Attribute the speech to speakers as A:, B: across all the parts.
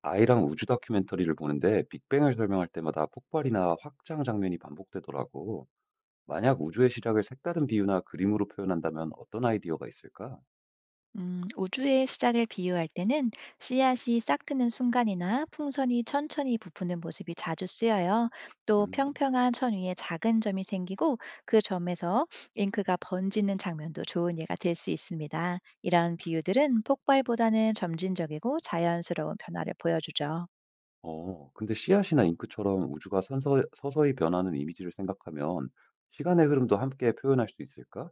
A: 아이랑 우주 다큐멘터리를 보는데 빅뱅을 설명할 때마다 폭발이나 확장 장면이 반복되더라고. 만약 우주의 시작을 색다른 비유나 그림으로 표현한다면 어떤 아이디어가 있을까?
B: 우주의 시작을 비유할 때는 씨앗이 싹 트는 순간이나 풍선이 천천히 부푸는 모습이 자주 쓰여요. 또
A: 음.
B: 평평한 천 위에 작은 점이 생기고 그 점에서 잉크가 번지는 장면도 좋은 예가 될 수 있습니다. 이런 비유들은 폭발보다는 점진적이고 자연스러운 변화를 보여주죠.
A: 근데 씨앗이나 잉크처럼 우주가 서서히 변하는 이미지를 생각하면 시간의 흐름도 함께 표현할 수 있을까?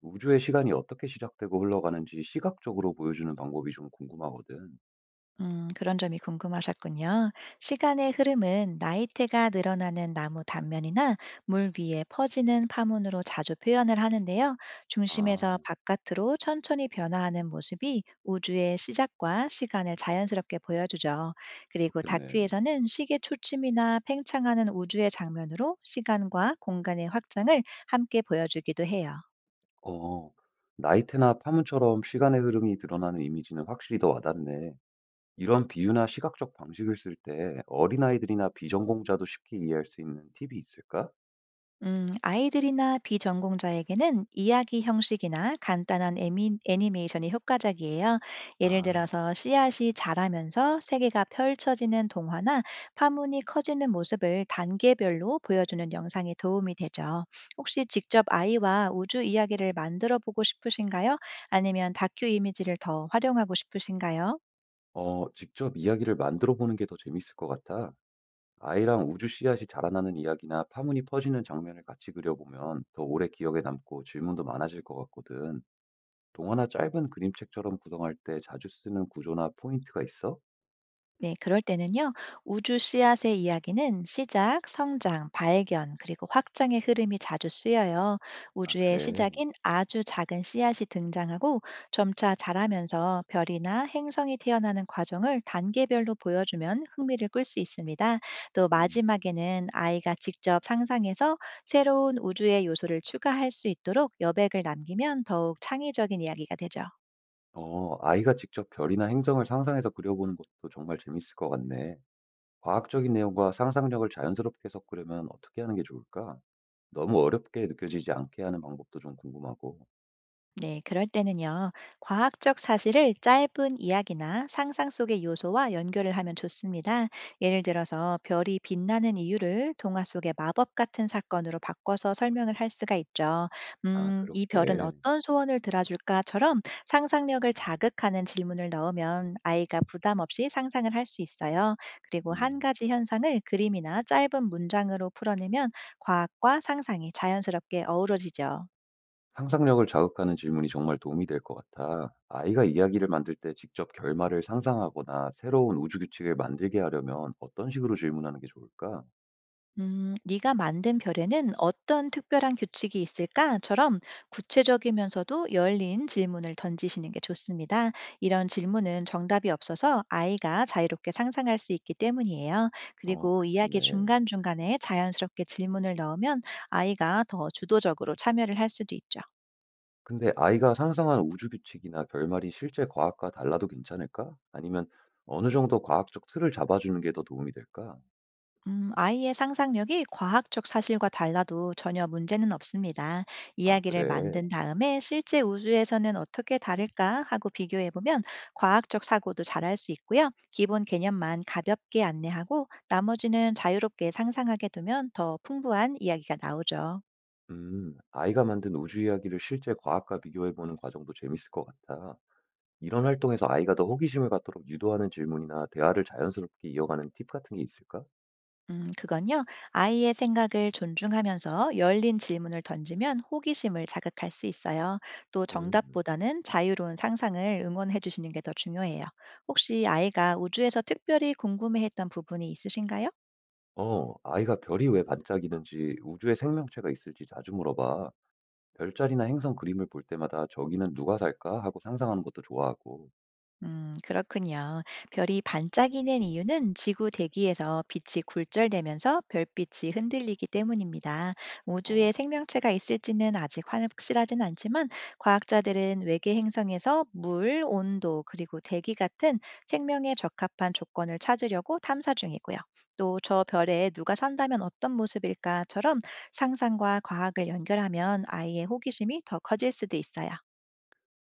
A: 우주의 시간이 어떻게 시작되고 흘러가는지 시각적으로 보여주는 방법이 좀 궁금하거든.
B: 그런 점이 궁금하셨군요. 시간의 흐름은 나이테가 늘어나는 나무 단면이나 물 위에 퍼지는 파문으로 자주 표현을 하는데요.
A: 아,
B: 중심에서 바깥으로 천천히 변화하는 모습이 우주의 시작과 시간을 자연스럽게 보여주죠. 그리고
A: 그렇겠네.
B: 다큐에서는 시계 초침이나 팽창하는 우주의 장면으로 시간과 공간의 확장을 함께 보여주기도 해요.
A: 어, 나이테나 파문처럼 시간의 흐름이 드러나는 이미지는 확실히 더 와닿네. 이런 비유나 시각적 방식을 쓸 때 어린아이들이나 비전공자도 쉽게 이해할 수 있는 팁이 있을까?
B: 아이들이나 비전공자에게는 이야기 형식이나 간단한 애니메이션이 효과적이에요. 예를
A: 아,
B: 들어서 씨앗이 자라면서 세계가 펼쳐지는 동화나 파문이 커지는 모습을 단계별로 보여주는 영상이 도움이 되죠. 혹시 직접 아이와 우주 이야기를 만들어 보고 싶으신가요? 아니면 다큐 이미지를 더 활용하고 싶으신가요?
A: 직접 이야기를 만들어 보는 게 더 재밌을 것 같아. 아이랑 우주 씨앗이 자라나는 이야기나 파문이 퍼지는 장면을 같이 그려보면 더 오래 기억에 남고 질문도 많아질 것 같거든. 동화나 짧은 그림책처럼 구성할 때 자주 쓰는 구조나 포인트가 있어?
B: 네, 그럴 때는요, 우주 씨앗의 이야기는 시작, 성장, 발견, 그리고 확장의 흐름이 자주 쓰여요.
A: 아,
B: 우주의
A: 그래.
B: 시작인 아주 작은 씨앗이 등장하고 점차 자라면서 별이나 행성이 태어나는 과정을 단계별로 보여주면 흥미를 끌 수 있습니다. 또
A: 음,
B: 마지막에는 아이가 직접 상상해서 새로운 우주의 요소를 추가할 수 있도록 여백을 남기면 더욱 창의적인 이야기가 되죠.
A: 아이가 직접 별이나 행성을 상상해서 그려보는 것도 정말 재밌을 것 같네. 과학적인 내용과 상상력을 자연스럽게 섞으려면 어떻게 하는 게 좋을까? 너무 어렵게 느껴지지 않게 하는 방법도 좀 궁금하고.
B: 네, 그럴 때는요, 과학적 사실을 짧은 이야기나 상상 속의 요소와 연결을 하면 좋습니다. 예를 들어서 별이 빛나는 이유를 동화 속의 마법 같은 사건으로 바꿔서 설명을 할 수가 있죠.
A: 아,
B: 이 별은
A: 그렇게.
B: 어떤 소원을 들어줄까처럼 상상력을 자극하는 질문을 넣으면 아이가 부담 없이 상상을 할 수 있어요. 그리고 한
A: 음,
B: 가지 현상을 그림이나 짧은 문장으로 풀어내면 과학과 상상이 자연스럽게 어우러지죠.
A: 상상력을 자극하는 질문이 정말 도움이 될 것 같아. 아이가 이야기를 만들 때 직접 결말을 상상하거나 새로운 우주 규칙을 만들게 하려면 어떤 식으로 질문하는 게 좋을까?
B: "네가 만든 별에는 어떤 특별한 규칙이 있을까?"처럼 구체적이면서도 열린 질문을 던지시는 게 좋습니다. 이런 질문은 정답이 없어서 아이가 자유롭게 상상할 수 있기 때문이에요.
A: 어,
B: 그리고 이야기
A: 그렇겠네.
B: 중간중간에 자연스럽게 질문을 넣으면 아이가 더 주도적으로 참여를 할 수도 있죠.
A: 근데 아이가 상상한 우주 규칙이나 결말이 실제 과학과 달라도 괜찮을까? 아니면 어느 정도 과학적 틀을 잡아주는 게 더 도움이 될까?
B: 아이의 상상력이 과학적 사실과 달라도 전혀 문제는 없습니다.
A: 아,
B: 이야기를
A: 그래.
B: 만든 다음에 실제 우주에서는 어떻게 다를까 하고 비교해 보면 과학적 사고도 잘할 수 있고요. 기본 개념만 가볍게 안내하고 나머지는 자유롭게 상상하게 두면 더 풍부한 이야기가 나오죠.
A: 아이가 만든 우주 이야기를 실제 과학과 비교해보는 과정도 재밌을 것 같아. 이런 활동에서 아이가 더 호기심을 갖도록 유도하는 질문이나 대화를 자연스럽게 이어가는 팁 같은 게 있을까?
B: 그건요. 아이의 생각을 존중하면서 열린 질문을 던지면 호기심을 자극할 수 있어요. 또
A: 음,
B: 정답보다는 자유로운 상상을 응원해 주시는 게 더 중요해요. 혹시 아이가 우주에서 특별히 궁금해했던 부분이 있으신가요?
A: 아이가 별이 왜 반짝이는지, 우주에 생명체가 있을지 자주 물어봐. 별자리나 행성 그림을 볼 때마다 저기는 누가 살까? 하고 상상하는 것도 좋아하고,
B: 그렇군요. 별이 반짝이는 이유는 지구 대기에서 빛이 굴절되면서 별빛이 흔들리기 때문입니다. 우주에
A: 어,
B: 생명체가 있을지는 아직 확실하진 않지만 과학자들은 외계 행성에서 물, 온도, 그리고 대기 같은 생명에 적합한 조건을 찾으려고 탐사 중이고요. 또 저 별에 누가 산다면 어떤 모습일까처럼 상상과 과학을 연결하면 아이의 호기심이 더 커질 수도 있어요.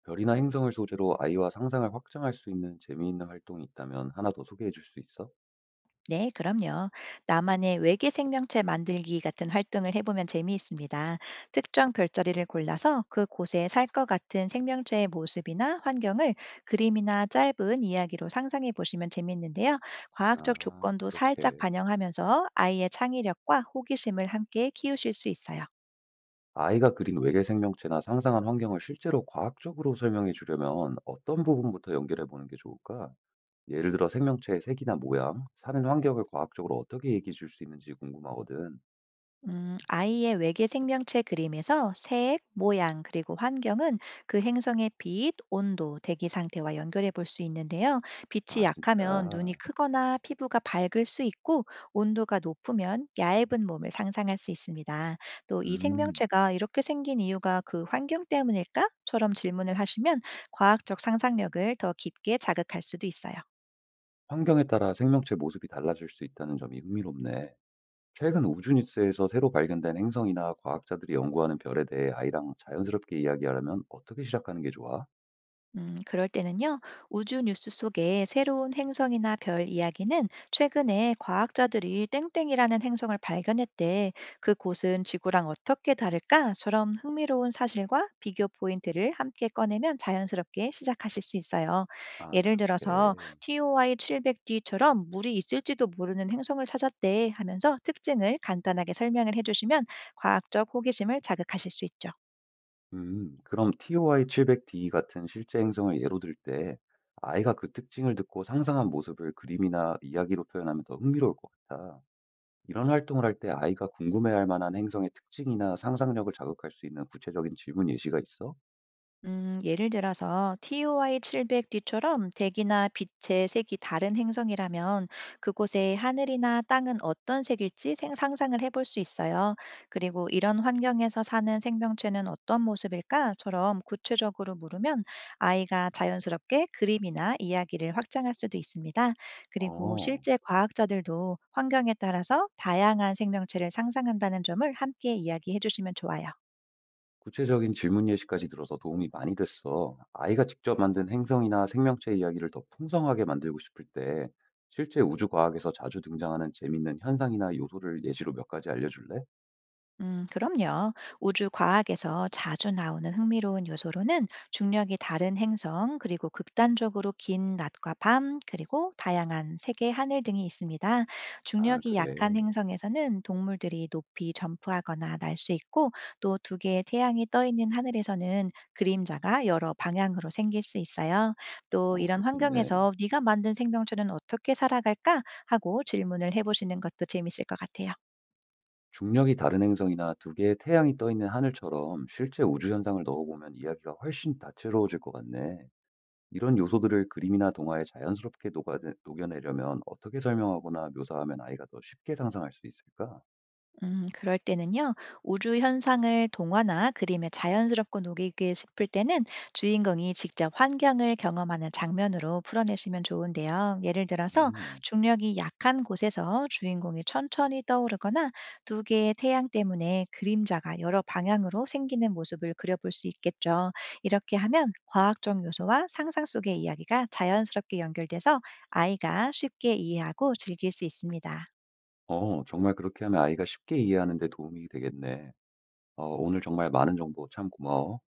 A: 별이나 행성을 소재로 아이와 상상을 확장할 수 있는 재미있는 활동이 있다면 하나 더 소개해 줄 수 있어?
B: 네, 그럼요. 나만의 외계 생명체 만들기 같은 활동을 해보면 재미있습니다. 특정 별자리를 골라서 그곳에 살 것 같은 생명체의 모습이나 환경을 그림이나 짧은 이야기로 상상해 보시면 재미있는데요. 과학적
A: 아,
B: 조건도 살짝
A: 그렇게.
B: 반영하면서 아이의 창의력과 호기심을 함께 키우실 수 있어요.
A: 아이가 그린 외계 생명체나 상상한 환경을 실제로 과학적으로 설명해 주려면 어떤 부분부터 연결해 보는 게 좋을까? 예를 들어 생명체의 색이나 모양, 사는 환경을 과학적으로 어떻게 얘기해 줄 수 있는지 궁금하거든.
B: 아이의 외계 생명체 그림에서 색, 모양, 그리고 환경은 그 행성의 빛, 온도, 대기 상태와 연결해 볼 수 있는데요. 빛이
A: 아,
B: 약하면 눈이
A: 진짜.
B: 크거나 피부가 밝을 수 있고, 온도가 높으면 얇은 몸을 상상할 수 있습니다. 또 이
A: 음,
B: 생명체가 이렇게 생긴 이유가 그 환경 때문일까?처럼 질문을 하시면 과학적 상상력을 더 깊게 자극할 수도 있어요.
A: 환경에 따라 생명체 모습이 달라질 수 있다는 점이 흥미롭네. 최근 우주 뉴스에서 새로 발견된 행성이나 과학자들이 연구하는 별에 대해 아이랑 자연스럽게 이야기하려면 어떻게 시작하는 게 좋아?
B: 그럴 때는요, 우주 뉴스 속의 새로운 행성이나 별 이야기는 최근에 과학자들이 땡땡이라는 행성을 발견했대. 그곳은 지구랑 어떻게 다를까?처럼 흥미로운 사실과 비교 포인트를 함께 꺼내면 자연스럽게 시작하실 수 있어요.
A: 아,
B: 예를 들어서
A: 그렇게.
B: TOI 700D처럼 물이 있을지도 모르는 행성을 찾았대 하면서 특징을 간단하게 설명을 해주시면 과학적 호기심을 자극하실 수 있죠.
A: 그럼 TOI 700D 같은 실제 행성을 예로 들 때 아이가 그 특징을 듣고 상상한 모습을 그림이나 이야기로 표현하면 더 흥미로울 것 같아. 이런 활동을 할 때 아이가 궁금해할 만한 행성의 특징이나 상상력을 자극할 수 있는 구체적인 질문 예시가 있어?
B: 예를 들어서 TOI 700 뒤처럼 대기나 빛의 색이 다른 행성이라면 그곳의 하늘이나 땅은 어떤 색일지 상상을 해볼 수 있어요. 그리고 이런 환경에서 사는 생명체는 어떤 모습일까?처럼 구체적으로 물으면 아이가 자연스럽게 그림이나 이야기를 확장할 수도 있습니다. 그리고
A: 어,
B: 실제 과학자들도 환경에 따라서 다양한 생명체를 상상한다는 점을 함께 이야기해 주시면 좋아요.
A: 구체적인 질문 예시까지 들어서 도움이 많이 됐어. 아이가 직접 만든 행성이나 생명체 이야기를 더 풍성하게 만들고 싶을 때 실제 우주 과학에서 자주 등장하는 재밌는 현상이나 요소를 예시로 몇 가지 알려줄래?
B: 그럼요. 우주 과학에서 자주 나오는 흥미로운 요소로는 중력이 다른 행성, 그리고 극단적으로 긴 낮과 밤, 그리고 다양한 색의 하늘 등이 있습니다.
A: 아,
B: 중력이 약한
A: 그래.
B: 행성에서는 동물들이 높이 점프하거나 날 수 있고, 또 두 개의 태양이 떠 있는 하늘에서는 그림자가 여러 방향으로 생길 수 있어요. 또
A: 어,
B: 이런
A: 그렇겠네.
B: 환경에서 네가 만든 생명체는 어떻게 살아갈까? 하고 질문을 해보시는 것도 재밌을 것 같아요.
A: 중력이 다른 행성이나 두 개의 태양이 떠 있는 하늘처럼 실제 우주 현상을 넣어보면 이야기가 훨씬 다채로워질 것 같네. 이런 요소들을 그림이나 동화에 자연스럽게 녹아 녹여내려면 어떻게 설명하거나 묘사하면 아이가 더 쉽게 상상할 수 있을까?
B: 그럴 때는요, 우주 현상을 동화나 그림에 자연스럽고 녹이게 싶을 때는 주인공이 직접 환경을 경험하는 장면으로 풀어내시면 좋은데요. 예를 들어서
A: 음.
B: 중력이 약한 곳에서 주인공이 천천히 떠오르거나 두 개의 태양 때문에 그림자가 여러 방향으로 생기는 모습을 그려볼 수 있겠죠. 이렇게 하면 과학적 요소와 상상 속의 이야기가 자연스럽게 연결돼서 아이가 쉽게 이해하고 즐길 수 있습니다.
A: 어, 정말 그렇게 하면 아이가 쉽게 이해하는 데 도움이 되겠네. 어, 오늘 정말 많은 정보 참 고마워.